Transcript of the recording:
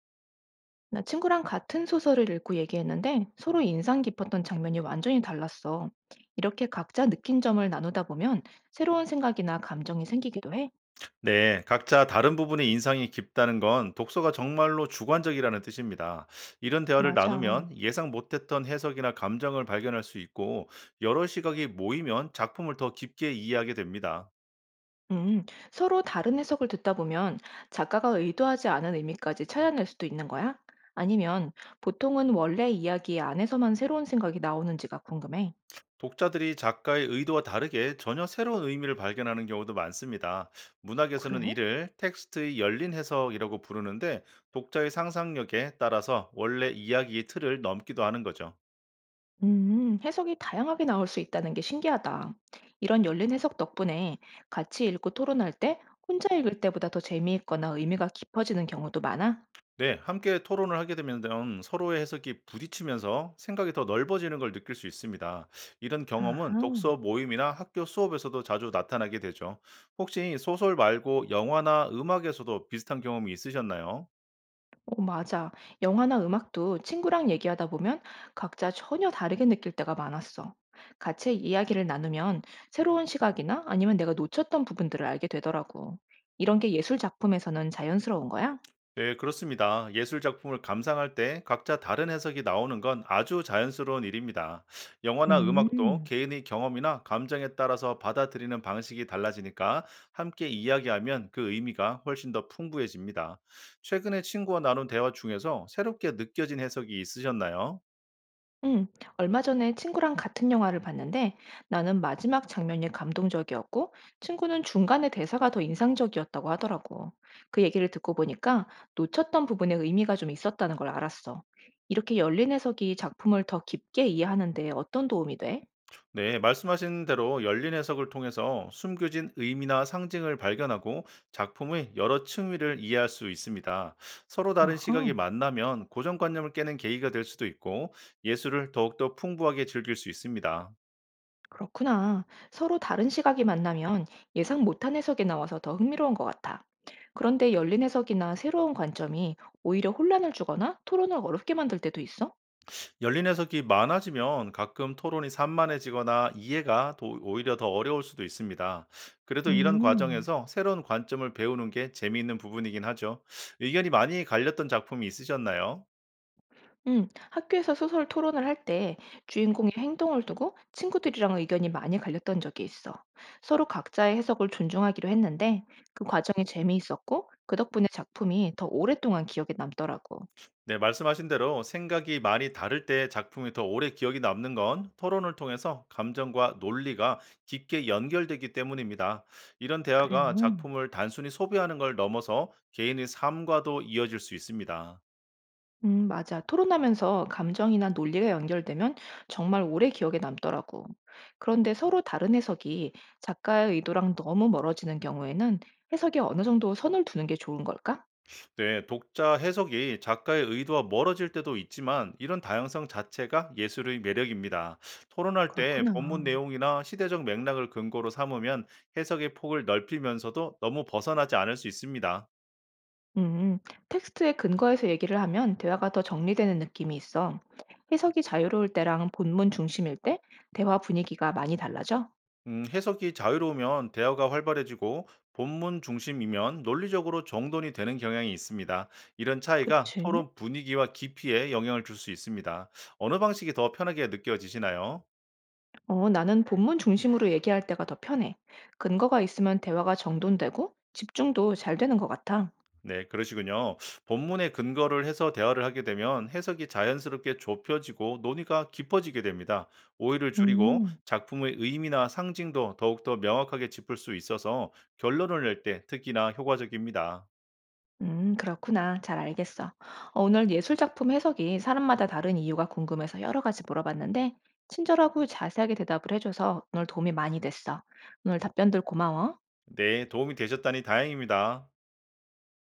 나 친구랑 같은 소설을 읽고 얘기했는데 서로 인상 깊었던 장면이 완전히 달랐어. 이렇게 각자 느낀 점을 나누다 보면 새로운 생각이나 감정이 생기기도 해. 네, 각자 다른 부분의 인상이 깊다는 건 독서가 정말로 주관적이라는 뜻입니다. 이런 대화를 맞아. 나누면 예상 못했던 해석이나 감정을 발견할 수 있고, 여러 시각이 모이면 작품을 더 깊게 이해하게 됩니다. 음, 서로 다른 해석을 듣다 보면 작가가 의도하지 않은 의미까지 찾아낼 수도 있는 거야? 아니면 보통은 원래 이야기 안에서만 새로운 생각이 나오는지가 궁금해. 독자들이 작가의 의도와 다르게 전혀 새로운 의미를 발견하는 경우도 많습니다. 문학에서는 그래? 이를 텍스트의 열린 해석이라고 부르는데, 독자의 상상력에 따라서 원래 이야기의 틀을 넘기도 하는 거죠. 해석이 다양하게 나올 수 있다는 게 신기하다. 이런 열린 해석 덕분에 같이 읽고 토론할 때 혼자 읽을 때보다 더 재미있거나 의미가 깊어지는 경우도 많아. 네, 함께 토론을 하게 되면 서로의 해석이 부딪히면서 생각이 더 넓어지는 걸 느낄 수 있습니다. 이런 경험은 아하. 독서 모임이나 학교 수업에서도 자주 나타나게 되죠. 혹시 소설 말고 영화나 음악에서도 비슷한 경험이 있으셨나요? 어, 맞아. 영화나 음악도 친구랑 얘기하다 보면 각자 전혀 다르게 느낄 때가 많았어. 같이 이야기를 나누면 새로운 시각이나 아니면 내가 놓쳤던 부분들을 알게 되더라고. 이런 게 예술 작품에서는 자연스러운 거야? 네, 그렇습니다. 예술 작품을 감상할 때 각자 다른 해석이 나오는 건 아주 자연스러운 일입니다. 영화나 음악도 음. 개인의 경험이나 감정에 따라서 받아들이는 방식이 달라지니까 함께 이야기하면 그 의미가 훨씬 더 풍부해집니다. 최근에 친구와 나눈 대화 중에서 새롭게 느껴진 해석이 있으셨나요? 음, 얼마 전에 친구랑 같은 영화를 봤는데 나는 마지막 장면이 감동적이었고 친구는 중간에 대사가 더 인상적이었다고 하더라고. 그 얘기를 듣고 보니까 놓쳤던 부분에 의미가 좀 있었다는 걸 알았어. 이렇게 열린 해석이 작품을 더 깊게 이해하는데 어떤 도움이 돼? 네, 말씀하신 대로 열린 해석을 통해서 숨겨진 의미나 상징을 발견하고 작품의 여러 층위를 이해할 수 있습니다. 서로 다른 아하, 시각이 만나면 고정관념을 깨는 계기가 될 수도 있고 예술을 더욱더 풍부하게 즐길 수 있습니다. 그렇구나. 서로 다른 시각이 만나면 예상 못한 해석이 나와서 더 흥미로운 것 같아. 그런데 열린 해석이나 새로운 관점이 오히려 혼란을 주거나 토론을 어렵게 만들 때도 있어? 열린 해석이 많아지면 가끔 토론이 산만해지거나 오히려 더 어려울 수도 있습니다. 그래도 이런 음. 과정에서 새로운 관점을 배우는 게 재미있는 부분이긴 하죠. 의견이 많이 갈렸던 작품이 있으셨나요? 학교에서 소설 토론을 할 때 주인공의 행동을 두고 친구들이랑 의견이 많이 갈렸던 적이 있어. 서로 각자의 해석을 존중하기로 했는데 그 과정이 재미있었고 그 덕분에 작품이 더 오랫동안 기억에 남더라고. 네, 말씀하신 대로 생각이 많이 다를 때 작품이 더 오래 기억이 남는 건 토론을 통해서 감정과 논리가 깊게 연결되기 때문입니다. 이런 그래. 대화가 작품을 단순히 소비하는 걸 넘어서 개인의 삶과도 이어질 수 있습니다. 맞아. 토론하면서 감정이나 논리가 연결되면 정말 오래 기억에 남더라고. 그런데 서로 다른 해석이 작가의 의도랑 너무 멀어지는 경우에는 해석에 어느 정도 선을 두는 게 좋은 걸까? 네, 독자 해석이 작가의 의도와 멀어질 때도 있지만 이런 다양성 자체가 예술의 매력입니다. 토론할 때 그렇구나. 본문 내용이나 시대적 맥락을 근거로 삼으면 해석의 폭을 넓히면서도 너무 벗어나지 않을 수 있습니다. 음, 텍스트에 근거해서 얘기를 하면 대화가 더 정리되는 느낌이 있어. 해석이 자유로울 때랑 본문 중심일 때 대화 분위기가 많이 달라져? 해석이 자유로우면 대화가 활발해지고 본문 중심이면 논리적으로 정돈이 되는 경향이 있습니다. 이런 차이가 그치? 토론 분위기와 깊이에 영향을 줄 수 있습니다. 어느 방식이 더 편하게 느껴지시나요? 어, 나는 본문 중심으로 얘기할 때가 더 편해. 근거가 있으면 대화가 정돈되고 집중도 잘 되는 것 같아. 네, 그러시군요. 본문의 근거를 해서 대화를 하게 되면 해석이 자연스럽게 좁혀지고 논의가 깊어지게 됩니다. 오해를 줄이고 음, 작품의 의미나 상징도 더욱더 명확하게 짚을 수 있어서 결론을 낼 때 특히나 효과적입니다. 그렇구나. 잘 알겠어. 어, 오늘 예술 작품 해석이 사람마다 다른 이유가 궁금해서 여러 가지 물어봤는데, 친절하고 자세하게 대답을 해줘서 오늘 도움이 많이 됐어. 오늘 답변들 고마워. 네, 도움이 되셨다니 다행입니다.